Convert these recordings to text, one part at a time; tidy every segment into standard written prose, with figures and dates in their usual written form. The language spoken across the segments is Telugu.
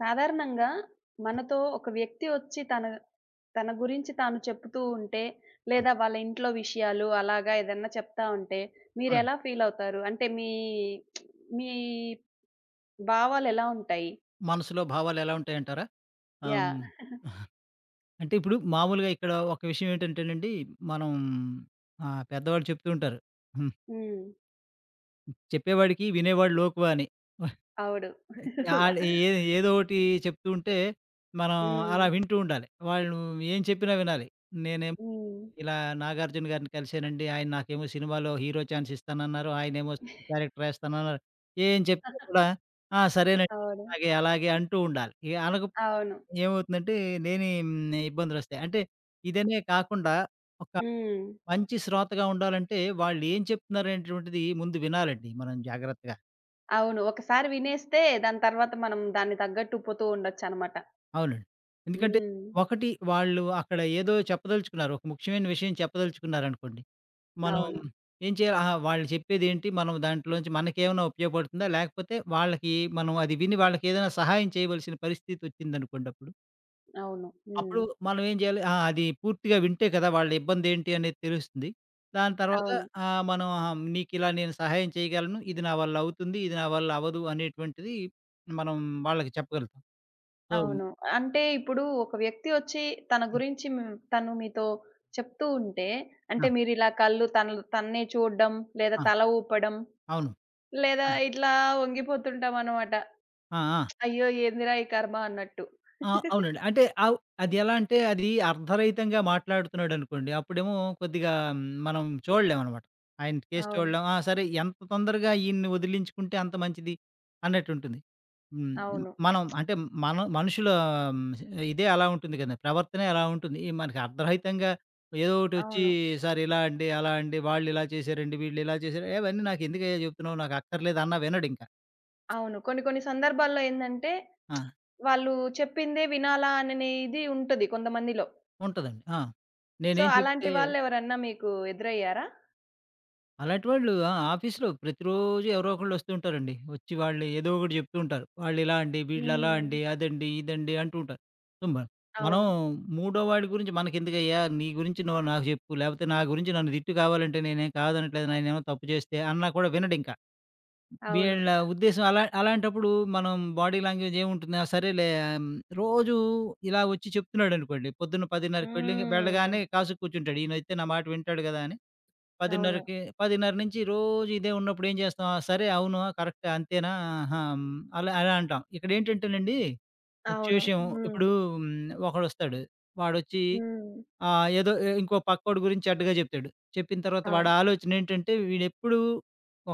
సాధారణంగా మనతో ఒక వ్యక్తి వచ్చి తన తన గురించి తాను చెప్తూ ఉంటే, ఆ! లేదా వాళ్ళ ఇంట్లో విషయాలు అలాగా ఏదన్నా చెప్తా ఉంటే, ఆ! మీరెలా ఫీలవుతారు? అంటే మీ మీ భావాలెలా ఉంటాయి? మనసులో భావాలెలా ఉంటాయంటారా? ఆహ్, యాహ్! హ్మ్. అంటే ఇప్పుడు మామూలుగా ఇక్కడ ఒక విషయం ఏంటంటేనండి, మనం పెద్దవాళ్ళు చెప్తూ ఉంటారు. హ్మ్. హ్మ్. చెప్పేవాడికి వినేవాడు లోకువ అని. అవుడు. ఆడు ఏ ఏదో ఒకటి చెప్తూ ఉంటే, మనం హ్మ్. అలా వింటూ ఉండాలి. వాళ్ళు ఏం చెప్పినా వినాలి. నేనేమో హ్మ్. ఇలా 'నాగార్జున' గారిని కలిసానండి. ఆయన నాకేమో సినిమాలో హీరో ఛాన్స్ ఇస్తానన్నారు. ఆయనేమో క్యారెక్టర్ వేస్తానన్నారు. ఏం చెప్పినా కూడా ఆ! సరేనండి. అవును. అలాగే, అలాగే అంటూ ఉండాలి. ఇక అనక అవును. ఏమవుతుందంటే లేని ఇబ్బందులొస్తాయి. అంటే ఇదనే కాకుండా ఒక హ్మ్. మంచి శ్రోతగా ఉండాలంటే వాళ్ళేం చెప్తున్నారనేటువంటిది ముందు వినాలండి మనం జాగ్రత్తగా. అవును. ఒకసారి వినేస్తే దాని తర్వాత మనం దాన్ని తగ్గట్టు ఉప్పుతూ ఉండొచ్చనమాట. అవునండి. ఎందుకంటే హ్మ్. ఒకటి వాళ్ళు అక్కడ ఏదో చెప్పదలుచుకున్నారు. ఒక ముఖ్యమైన విషయం చెప్పదలుచుకున్నారనుకోండి. మనం అవును. ఏం చేయాలి? ఆహా! వాళ్ళు చెప్పేదేంటి? మనం దాంట్లోంచి మనకేమైనా ఉపయోగపడుతుందా? లేకపోతే వాళ్ళకి మనం అది విని వాళ్ళకేదైనా సహాయం చేయవలసిన పరిస్థితొచ్చిందనుకోండప్పుడు అవును. హ్మ్. అప్పుడు మనం ఏం జేయాలి? ఆ! అది పూర్తిగా వింటే కదా! వాళ్ళ ఇబ్బందేంటి అనేది తెలుస్తుంది. దాని తర్వాత అవును. మనం నీకిలా నేను సహాయం చేయగలను. ఇది నా వల్ల అవుతుంది. ఇది నా వల్ల అవ్వదు అనేటువంటిది మనం వాళ్ళకి చెప్పగలుగుతాం. సో అవును. అంటే ఇప్పుడు ఒక వ్యక్తి వచ్చి తన గురించి తను మీతో చెప్తూ ఉంటే, ఆ! అంటే మీరిలా కళ్ళు తన్నే చూడడం, లేదా ఆ! తల ఊపడం, అవును. లేదా ఆ! ఇట్లా వంగిపోతుంటామనమాట. ఆ! ఆ! అయ్యో! ఏందిరా ఈ కర్మ అన్నట్టు. ఆ! అవునండి. అంటే అవ్ అది ఎలా అంటే అది అర్ధరహితంగా మాట్లాడుతున్నాడనుకోండి. అప్పుడేమో కొద్దిగా మనం చూడలేమనమాట. ఆయన కేస్ అవును. చూడలేం. ఆ! సరే ఎంత తొందరగా ఈయన్ని వదిలించుకుంటే అంత మంచిది అన్నట్టుంటుంది. హ్మ్. అవును. మనం అంటే మన మనుషుల హ్మ్, ఇదే అలా ఉంటుంది కదా! ప్రవర్తనే అలా ఉంటుంది. ఈ మనకి అర్ధరహితంగా ఏదో ఒకటొచ్చి అవును. సార్ ఇలా అండి, అలా అండి, వాళ్ళు ఇలా చేశారండి, వీళ్ళు ఇలా చేశారు. "ఏవన్నీ నాకెందుకయ్యా చెప్తున్నావు? నాకు అక్కర్లేదు" అన్నా వినడింక. అవును. కొన్ని కొన్ని సందర్భాల్లో ఏందంటే, ఆ! వాళ్ళు చెప్పిందే వినాలా అననే ఇది ఉంటది కొంతమందిలో. ఉంటదండి. ఆ! సో, నేనేం చెప్తే అలాంటి వాళ్ళెవరన్నా మీకు ఎదురయ్యారా? అలాంటి వాళ్ళు ఆ! ఆఫీస్‌లో ప్రతిరోజు ఎవరో ఒకళ్ళు వస్తూ ఉంటారండి. వచ్చి వాళ్ళు ఏదో ఒకటి చెప్తూ ఉంటారు. వాళ్ళిలా అండి, వీళ్ళలా హ్మ్. అండి, అదండి, ఇదండి అంటూ ఉంటారు. సో, మ మనం అవును. మూడో వాడి గురించి మనకెందుకయ్యా? నీ గురించి నువ్వు నాకు చెప్పు. లేకపోతే నా గురించి నన్ను తిట్టు కావాలంటే నేనేం కాదనట్లేదు. నేనేమో తప్పు చేస్తే అన్నా కూడా వినడింకా. అవును. వీళ్ళ ఉద్దేశం అలా అలాంటప్పుడు మనం బాడీ లాంగ్వేజ్ ఏముంటుంది? ఆ! సరేలే రోజు ఇలా వచ్చి చెప్తున్నాడనుకోండి. పొద్దున్న 10:30కి వెళ్ళి హ్మ్. వెళ్ళగానే కాసుకు కూర్చుంటాడు. ఈయనొస్తే నా మాట వింటాడు కదా! అని. అవును. 10:30కి 10:30 నుంచి రోజు ఇదే ఉన్నప్పుడు ఏం చేస్తాం? ఆ! సరే అవును. కరెక్టే అంతేనా? ఆహా! హ్మ్. అలా అలా అంటాం. ఇక్కడేంటంటేనండి, ముఖ్య అవును. విషయం హ్మ్. ఇప్పుడు ఒకడొస్తాడు. వాడొచ్చి హ్మ్. ఏదో ఎ ఇంకో పక్కోడి గురించి చెడ్డగా చెప్తాడు. చెప్పిన తర్వాత అవును. వాడి ఆలోచన ఏంటంటే, వీడెప్పుడు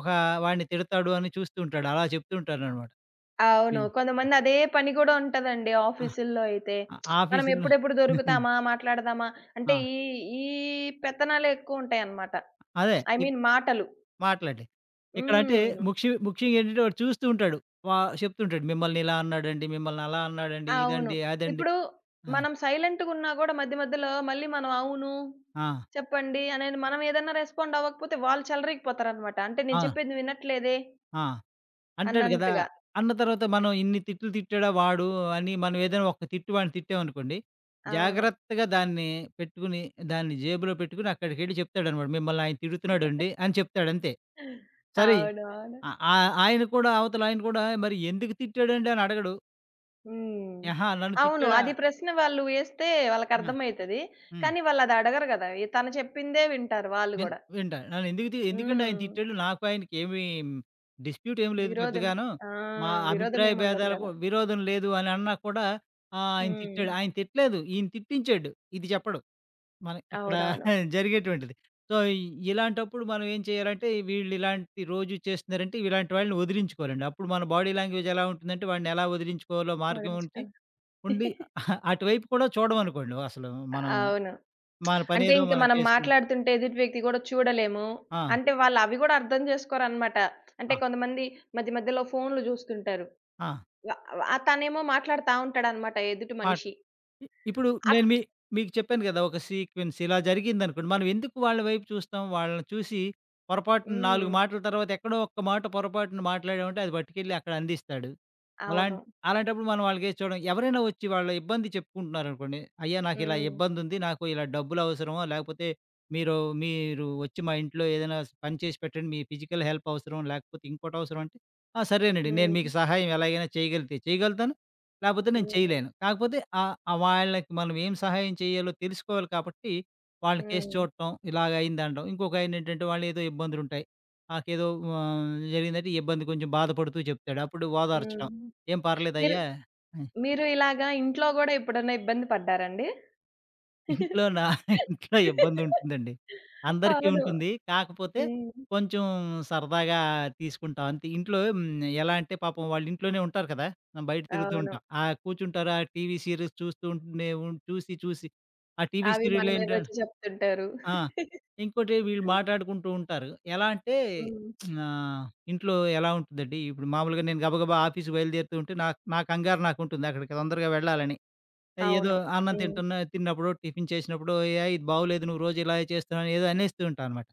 ఒక వాడిని తిడతాడు అని చూస్తూ ఉంటాడు. అలా చెప్తూ ఉంటారనమాట. అవును. హ్మ్. కొంతమంది అదే పని కూడా ఉంటదండి ఆ! ఆఫీసుల్లో అయితే. మనం ఆఫీసుల్లో ఎప్పుడెప్పుడు దొరుకుతామా? మాట్లాడదామా? అంటే ఆ! ఈ ఈ పెత్తనాలే ఎక్కువుంటాయన్నమాట. అదే. ఐ మీన్ మాటలు. మాట్లాడలే. ఇక్కడంటే హ్మ్. ముఖ్య ముఖ్యంగా ఏంటంటే వాడు చూస్తూ ఉంటాడు. చెప్తుంటాడు. మిమ్మల్ని ఇలా అన్నాడండి, మిమ్మల్ని అలా అన్నాడండి, అవును. ఇదండి, అదండి. ఇప్పుడు ఆ! మనం సైలెంట్‌గున్నా గూడా మధ్య మధ్యలో మళ్ళీ మనం అవును, ఆ! చెప్పండి అనేది మనం ఏదన్నా రెస్పాండ్ అవ్వకపోతే వాళ్ళు చెలరేగిపోతారన్నమాట. అంటే ఆ! నేను చెప్పేది వినట్లేదే ఆ! అంటాడు గదా! అన్నంతగా. అన్న తర్వాత మనం ఇన్ని తిట్లు తిట్టాడా వాడు అని మనం ఏదైనా ఒక తిట్టు వాడిని తిట్టామనుకోండి, అవును. జాగ్రత్తగా దాన్ని పెట్టుకొని, దాన్ని జేబులో పెట్టుకొని అక్కడికెళ్ళి చెప్తాడనమాట. మిమ్మల్ని ఆయన తిడుతున్నాడండి అని చెప్తాడంతే. సరే అవునవును. ఆ ఆ ఆయన కూడా అవతల ఆయన కూడా మరి ఎందుకు తిట్టాడండి అని అడగడు. హ్మ్. ఆహా! నన్ను అవును. తిట్టాడా అది ప్రశ్న వాళ్ళు వేస్తే ఆ! వాళ్ళకర్థమైతది. హ్మ్. కానీ వాళ్ళది అడగరు గదా! ఈ తను చెప్పిందే వింటారు వాళ్ళు గూడా. వింటా. నన్ను ఎందుకు తి ఎందుకండి ఆయన హ్మ్. తిట్టాడు? నాకు ఆయనకి ఏమి డిస్ప్యూట్ ఏమి లేదు విరోధం పెద్దగాను. ఆ! మా విరోధం అభిప్రాయ ఏముండదు భేదాలకు గదా! విరోధం లేదు అని అన్నా కూడా ఆయన హ్మ్. తిట్టాడు. ఆయన తిట్టలేదు. ఈయన తిట్టించాడు. ఇది చెప్పడు. మన ఇక్కడ అవునవును. జరిగేటువంటిది. సో, ఇలాంటప్పుడు మనం ఏం చేయాలంటే వీళ్ళు ఇలాంటి రోజు చేస్తున్నారంటే ఇలాంటి వాళ్ళని వదిలించుకోవాలండి. అప్పుడు మన బాడీ లాంగ్వేజ్ ఎలా ఉంటుందంటే వాడిని ఎలా వదిలించుకోవాలో మార్గం ఉంచి వదిలించుకోను. ఉండి అటువైపు కూడా చూడమనుకోండి. అసలు మనం అవును. మన అంటే పనేదో ఇంక మనం మనం చేసుకుం మాట్లాడుతుంటే ఎదుటి వ్యక్తి గూడా చూడలేము. ఆ! అంటే వాళ్ళు అవి గూడా అర్థం జేసుకోరనమాట. ఆ! అంటే కొంతమంది మధ్య మధ్యలో ఫోన్‌లు జూస్తుంటారు. ఆ! వ వ తనేమో మాట్లాడుతా ఉంటాడనమాట ఎదుటి మాట మనిషి. ఇప్పుడు నేను అట్ మీకు చెప్పాను గదా! ఒక సీక్వెన్స్ ఇలా జరిగిందనుకోండి. మనం ఎందుకు వాళ్ళ వైపు చూస్తాం? వాళ్ళని చూసి పొరపాటున హ్మ్. 4 మాటల తర్వాత ఎక్కడో ఒక్క మాట పొరపాటున మాట్లాడామంటే అది పట్టుకెళ్ళి అక్కడ అందిస్తాడు. అలాం అవును. అలాంటప్పుడు మనం వాళ్ళకేసి చూడం. ఎవరైనా వచ్చి వాళ్ళ ఇబ్బంది చెప్పుకుంటున్నారనుకోండి. "అయ్యా! నాకిలా హ్మ్. ఇబ్బందుంది. నాకు ఇలా డబ్బులు అవసరము. లేకపోతే మీరు మీరు వచ్చి మా ఇంట్లో ఏదైనా పని చేసి పెట్టండి. మీ ఫిజికల్ హెల్ప్ అవసరం. లేకపోతే ఇంకోటి అవసరం" అంటే, "ఆ! సరేనండి. నేను హ్మ్. మీకు సహాయం ఎలాగైనా చేయగలిగితే చేయగలుగుతాను. లేకపోతే నేను హ్మ్. చేయలేను. కాకపోతే ఆహ్, ఆహ్, వాళ్ళకి మనం ఏం సహాయం చేయాలో తెలుసుకోవాలి కాబట్టి, వాళ్ళ కేసు హ్మ్. చూడటం, ఇలాగ అయిందనడం. ఇంకొకాయనేంటంటే వాళ్ళేదో ఇబ్బందులుంటాయి. నాకేదో జరిగిందంటే ఈ ఇబ్బంది కొంచెం బాధపడుతూ చెప్తాడు. అప్పుడు హ్మ్. ఓదార్చడం. ఏం మీరు పర్లేదయ్యా! మీరు ఇలాగా ఇంట్లో గూడా ఎప్పుడన్నా ఇబ్బంది పడ్డారండి? ఇంట్లో నా ఇంట్లో ఇబ్బందుంటుందండి. అందరికీ అవును. ఉంటుంది. కాకపోతే హ్మ్. కొంచెం సరదాగా తీసుకుంటాం అంతే. ఇంట్లో హ్మ్. ఎలా అంటే పాపం వాళ్ళు ఇంట్లోనే ఉంటారు కదా! మనం బయట తిరుగుతూ అవును. ఉంటాం. ఆ కూర్చుంటారు. ఆ టీవీ సీరీస్ చూస్తూ ఉంటూనే ఉం చూసి చూసి ఆ టీవీ అవి మన సీరియల్ ఏంటం మీదొచ్చి చెప్తుంటారు. ఆ! ఇంకోటి వీళ్ళు మాట్లాడుకుంటూ ఉంటారు. ఎలా అంటే హ్మ్. ఆహ్, ఇంట్లో ఎలా ఉంటుందండి, ఇప్పుడు మామూలుగా నేను గబగబా ఆఫీస్‌కి బయలుదేరుతూ ఉంటే నాకు నా కంగారు నాకుంటుంది అక్కడికి తొందరగా వెళ్ళాలని. ఏదో అవును. అన్నం హ్మ్. తింటున్న తిన్నప్పుడు, టిఫిన్ చేసినప్పుడు, "ఏయ్! ఇది బాగోలేదు నువ్వు రోజు ఇలా చేస్తున్నావు" ఏదో అనేస్తూ ఉంటాను అనమాట.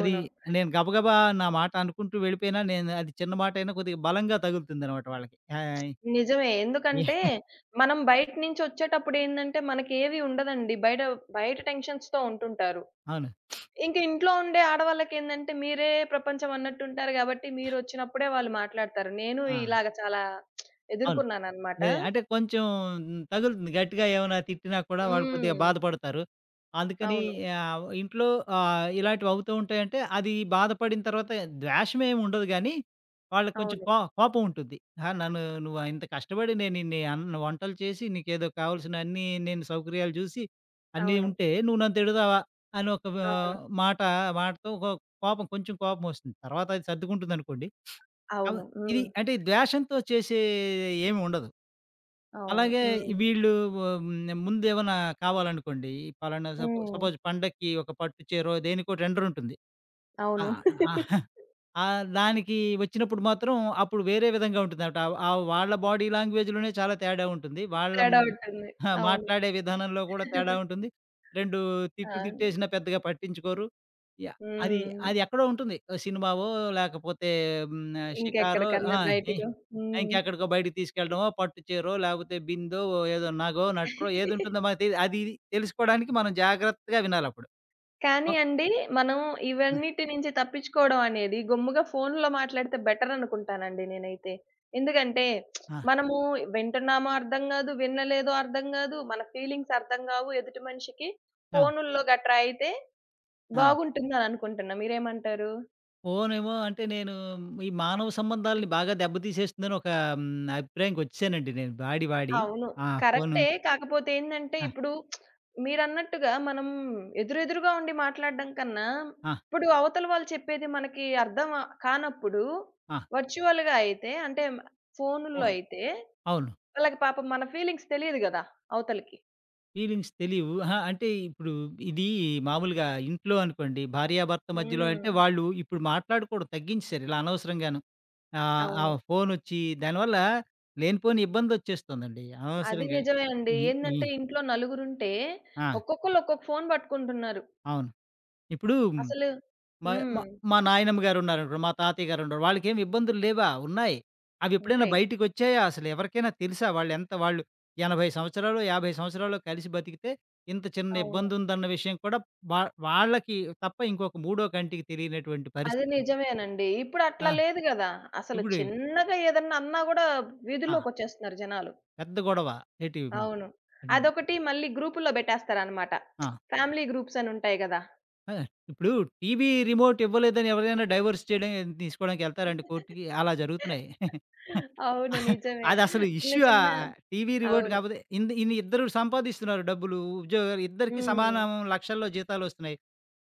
అది నేను గబగబా నా మాట అనుకుంటూ వెళ్ళిపోయినా, నేను అది చిన్న మాటైనా కొద్దిగా బలంగా తగులుతుందనమాట వాళ్ళకి. ఆహ్, నిజమే. ఏ ఎందుకంటే, మనం బయట నుంచొచ్చేటప్పుడేందంటే, మనకేవి ఉండదండి. బయట బయట టెన్షన్స్‌తో ఉంటుంటారు. అవును. ఇంక ఇంట్లో ఉండే ఆడవాళ్ళకేందంటే, మీరే ప్రపంచం అన్నట్టుంటారు గాబట్టి, మీరొచ్చినప్పుడే వాళ్ళు మాట్లాడతారు. నేను ఆ! ఇలాగ చాలా అవును. ఎదుర్కొన్నాననమాట. అంటే కొంచెం తగులుతుంది. గట్టిగా ఏమైనా తిట్టినా కూడా వాళ్ళు కొద్దిగా హ్మ్. బాధపడతారు. అందుకని అవును. ఇంట్లో ఇలాంటివి అవుతూ ఉంటాయంటే అది బాధపడిన తర్వాత ద్వేషమేమి ఉండదు గానీ, వాళ్ళకి కొంచెం అవును. కోపం ఉంటుంది. ఆ! నన్ను నువ్వు ఇంత కష్టపడి నేను ఇన్ని అన్ని వంటలు చేసి నీకేదో కావాల్సిన అన్నీ నేను సౌకర్యాలు చూసి అన్నీ అవును. ఉంటే నువ్వు నన్ను తిడతావా? అని ఒక వ అవును. మాట మాటతో కోపం కొంచెం కోపమొస్తుంది. తర్వాత అది సర్దుకుంటుందనుకోండి. అవ అవును. ఇది హ్మ్. అంటే ద్వేషంతో చేసే ఏమి ఉండదు. అవును. అలాగే హ్మ్. ఈ వీళ్ళు హ్మ్. ముందేమన్నా కావాలనుకోండి, ఈ పలానా హ్మ్. సపోజ్ పండక్కి ఒక పట్టు చీరో దేనికో ట్రెండర్ ఉంటుంది. ఆ! అవును. ఆ! ఆ దానికి వచ్చినప్పుడు మాత్రం అప్పుడు వేరే విధంగా ఉంటుందట. ఆ ఆ వాళ్ళ బాడీ లాంగ్వేజ్‌లోనే చాలా తేడా ఉంటుంది. వాళ్ళ తేడా ఉంటుంది. ఆ! అవును. మాట్లాడే విధానంలో కూడా తేడా ఉంటుంది. 2 తిట్లు అవును. తిట్టేసినా పెద్దగా పట్టించుకోరు. యాహ్! అది హ్మ్. అది ఎక్కడో ఉంటుంది. ఓ సినిమావో లేకపోతే హ్మ్. షికారో ఆ! ఇంకెక్కడికన్నా బయటికో హ్మ్. ఇంకెక్కడికో బయటికి తీసుకెళ్ళడమో, పట్టు చీరో, లేకపోతే బిందో, ఓ ఏదో నగో, నట్రో ఏదుంటుందో మనకు తెలి అది ఇది తెలుసుకోడానికి మనం జాగ్రత్తగా వినాలప్పుడు. కానీ ఓ అండి, మనం ఇవన్నిటి నుంచి తప్పించుకోవడం అనేది గమ్ముగా ఫోనులో మాట్లాడితే బెటర్ అనుకుంటానండి నేనైతే. ఎందుకంటే ఆ! మనము వింటున్నామో అర్థం గాదు, వినలేదో అర్థం గాదు, మన ఫీలింగ్స్ అర్థం గావు ఎదుటి మనిషికి. అవును. ఫోనుల్లో గట్రా అయితే ఆ! బాగుంటుందని అనుకుంటున్నా. మీరేమంటారు? ఫోనేమో అంటే నేను ఈ మానవ సంబంధాలని బాగా దెబ్బతీసేస్తుందని ఒక హ్మ్, అభిప్రాయంకొచ్చేసానండి నేను వాడి, వాడి. అవును. ఆ! ఫోను కరెక్టే. కాకపోతే ఏందంటే, ఆ! ఇప్పుడు మీరన్నట్టుగా మనం ఎదురెదురుగా ఉండి మాట్లాడడం కన్నా, ఆ! ఇప్పుడు అవతల వాళ్ళు చెప్పేది మనకి అర్థం కానప్పుడు ఆ! వర్చువల్‌గా అయితే అంటే మ ఫోనుల్లో ఫోను అయితే, అవును. వాళ్ళకి పాపం మన ఫీలింగ్స్ తెలీదు గదా! అవతలకి. ఫీలింగ్స్ తెలీవు. అహా! అంటే ఇప్పుడు ఇది మామూలుగా ఇంట్లో అనుకోండి భార్యాభర్త మధ్యలో హ్మ్. అంటే వాళ్ళు ఇప్పుడు మాట్లాడుకోవడం తగ్గించేసారు ఇలా అనవసరంగాను. ఆ! ఆ అవును. ఫోనొచ్చి దానివల్ల లేనిపోని ఇబ్బందొచ్చేస్తుందండి. అది అనవసరంగా నిజమే అండి. ఈ ఈ ఏందంటే ఇంట్లో నలుగురుంటే, ఆ! ఒక్కొక్కళ్ళు ఒక్కొక్క ఫోను పట్టుకుంటున్నారు. అవును. ఇప్పుడు అసలు మా హ్మ్. మా మా నాయనమ్మ గారున్నారనుకోండి, మా తాతయ్య గారున్నారు. వాళ్ళకేమి ఇబ్బందులు లేవా? ఉన్నాయి. అవెప్పుడైనా ఉంటాయి. బయటికొచ్చాయా అసలు? ఎవరికైనా తెలుసా? వాళ్ళు 80 సంవత్సరాలో, 50 సంవత్సరాలో కలిసి బతికితే ఇంత చిన్న అవును. ఇబ్బందుందన్న విషయం కూడా వా వాళ్ళకి తప్ప ఇంకొక మూడో కంటికి తెలియనటువంటి అది పరిస్థితి. నిజమేనండి. ఇప్పుడు అట్లా ఆ! లేదు గదా! అసలు ఇప్పుడు చిన్నగా ఏదన్నా అన్నా గూడా ఆ! వీధుల్లోకొచ్చేస్తున్నారు జనాలు. పెద్ద గొడవ. ఏటి అవును. హ్మ్. అదొకటి మళ్ళీ గ్రూపుల్లో బెట్టేస్తారనమాట. ఆ! ఫ్యామిలీ గ్రూప్స్ అని ఉంటాయి గదా! ఆ! ఇప్పుడు టీవీ రిమోట్ ఇవ్వలేదని ఎవరైనా డైవోర్స్ చేయడం తీసుకోవడానికి ఎళ్తారండి కోర్ట్‌కి. అలా జరుగుతున్నాయి. అవును. నిజమే. అదసలు చిన్న ఇష్యూ చిన్న టీవీ రిమోట్ అవును. కాకపోతే ఇంద్ ఇన్ని ఇద్దరు సంపాదిస్తున్నారు డబ్బులు, ఉద్యోగాలు ఇద్దరికీ హ్మ్. సమానం లక్షల్లో జీతాలొస్తున్నాయి.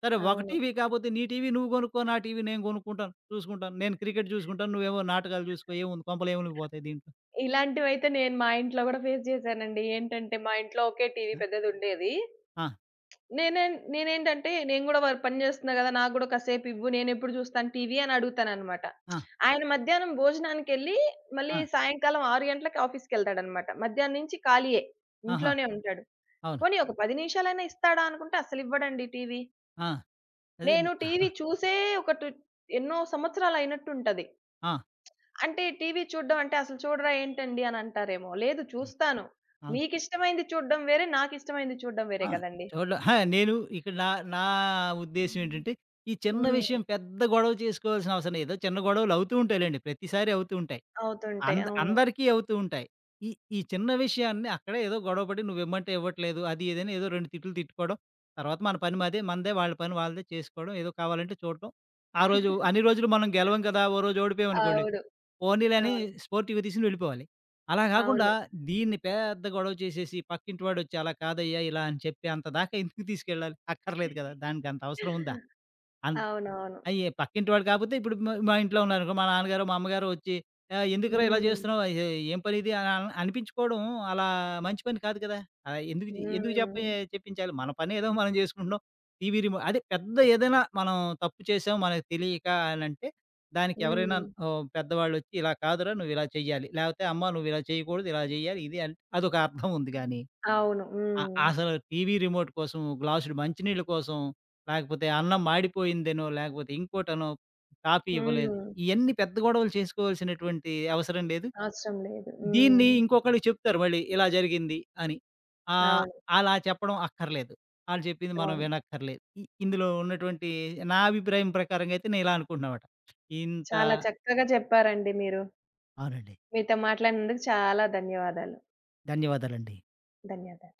సరే ఒక అవును. టీవీ కాపోతే నీ టీవీ నువ్వు కొనుక్కో, నా టీవీ నేను కొనుక్కుంటాను, చూసుకుంటాను. నేను క్రికెట్ చూసుకుంటాను, నువ్వేవో నాటకాలు చూసుకో ఏముంది కొంపలు ఏములిగిపోతాయి దీంట్లో. ఇలాంటివైతే నేను మా ఇంట్లో గూడా ఫేస్ జేశానండి. ఏంటంటే మా ఇంట్లో ఒకే టీవీ పెద్దదుండేది. ఆ! నేనేంటంటే నేను గూడా పని జేస్తున్నా గదా! నాకు గూడా కాసేపివ్వు నేనెప్పుడు జూస్తాను టీవీ అని అడుగుతాననమాట. ఆ! ఆయన మధ్యాహ్నం భోజనానికెళ్ళి మళ్ళీ ఆ! ఆ! సాయంకాలం 6 గంటలకి ఆఫీస్‌కెళ్తాడనమాట. మధ్యాహ్నం నుంచి ఖాళీయే. ఆహా! ఇంట్లోనే ఉంటాడు. అవును. పోనీ ఒక 10 నిమిషాలైనా ఇస్తాడా అనుకుంటే అస్సలివ్వడండి టీవీ. ఆ! అదే. నేను టీవీ ఆ! చూసే ఒక టు ఎన్నో సంవత్సరాలయినట్టుంటది. ఆ! అంటే టీవీ చూడ్డం అంటే అసలు చూడరా ఏంటండి అని అంటారేమో. లేదు ఆ! చూస్తాను. ఆ! మీకిష్టమైంది చూడ్డం వేరే, నాకిష్టమైంది చూడ్డం వేరే ఆ! కదండీ! చూడడం అహా! నేను ఇక్కడ నా నా ఉద్దేశ్యం ఏంటంటే, ఈ చిన్న విషయం హ్మ్. పెద్ద గొడవ చేసుకోవాల్సిన అవసరం లేదు. ఏదో చిన్న గొడవలు అవుతూ ఉంటాయిలెండి. ప్రతిసారి అవుతూ ఉంటాయి. అవుతుంటాయి. అవును. అందరికీ అవుతూ ఉంటాయి. ఈ ఈ చిన్న విషయాన్ని అక్కడే ఏదో గొడవపడి నువ్విమ్మంటే ఇవ్వట్లేదు. అది ఇదని ఏదో 2 తిట్లు తిట్టుకోవడం. తర్వాత మన పని మాదే, మనదే వాళ్ళ పని వాళ్ళదే చేసుకోవడం. ఏదో కావాలంటే చూడటం. ఆ రోజు అన్ని రోజులు మనం గెలవం కదా! ఓ రోజు ఓడిపోయామనుకోండి. అవును. పోనీలే అని అవును. స్పోర్టివ్‌గా తీసుకొని వెళ్ళిపోవాలి. అలా కాకుండా అవును. దీన్ని పెద్ద గొడవ చేసేసి పక్కింటి వాడొచ్చి అలా కాదయ్యా! ఇలా అని చెప్పి అంత దాకా ఎందుకు తీసుకెళ్ళాలి? అక్కర్లేదు కదా! దానికంత అవసరం ఉందా? అన్ అవునవును. అయ్యే పక్కింటి వాడు కాకపోతే ఇప్పుడు మా ఇంట్లో ఉన్నారనుకో, మా నాన్నగారో, మా అమ్మగారో వచ్చి "ఎందుకురా ఇలా హ్మ్. చేస్తున్నావు? ఏం పని ఇది?" అని అని అనిపించుకోవడం అలా మంచి పని కాదు కదా! ఎందుకు హ్మ్. చెప్పించాలి? మన పని ఏదో మనం చేసుకుంటున్నాం. టీవీ రిమో అదే పెద్ద ఏదైనా మనం తప్పు చేసాం మనకు తెలియక అనంటే, దానికి ఎవరైనా హ్మ్. ఓహ్, పెద్దవాళ్ళొచ్చి "ఇలా కాదురా! నువ్వు ఇలా చెయ్యాలి. లేకపోతే అమ్మ నువ్వు ఇలా చేయకూడదు. ఇలా చేయాలి." ఇది అంటే అదొక అర్థం ఉంది గాని అవును. ఆ! హ్మ్. అసలు టీవీ రిమోట్ కోసం, గ్లాసుడు మంచినీళ్ళ కోసం, లేకపోతే అన్నం మాడిపోయిందనో, లేకపోతే ఇంకోటనో, కాఫీ హ్మ్. ఇవ్వలేదు. ఇయన్నీ పెద్ద గొడవలు చేసుకోవాల్సినటువంటి అవసరం లేదు. అవసరం లేదు. దీన్ని హ్మ్. ఇంకొకళ్ళకి చెప్తారు మళ్ళీ ఇలా జరిగింది అని. ఆహ్, అవును. అలా చెప్పడం అక్కర్లేదు. ఆళ్ళు చెప్పింది మనం అవును. వినక్కర్లేదు. ఇందులో ఉన్నటువంటి నా అభిప్రాయం ప్రకారంగా అయితే నేనిలా అనుకుంటున్నామాట. ఇంత చాలా చక్కగా చెప్పారండి మీరు. అవునండి. మీతో మాట్లాడినందుకు చాలా ధన్యవాదాలు. ధన్యవాదాలండి. ధన్యవాదాలు.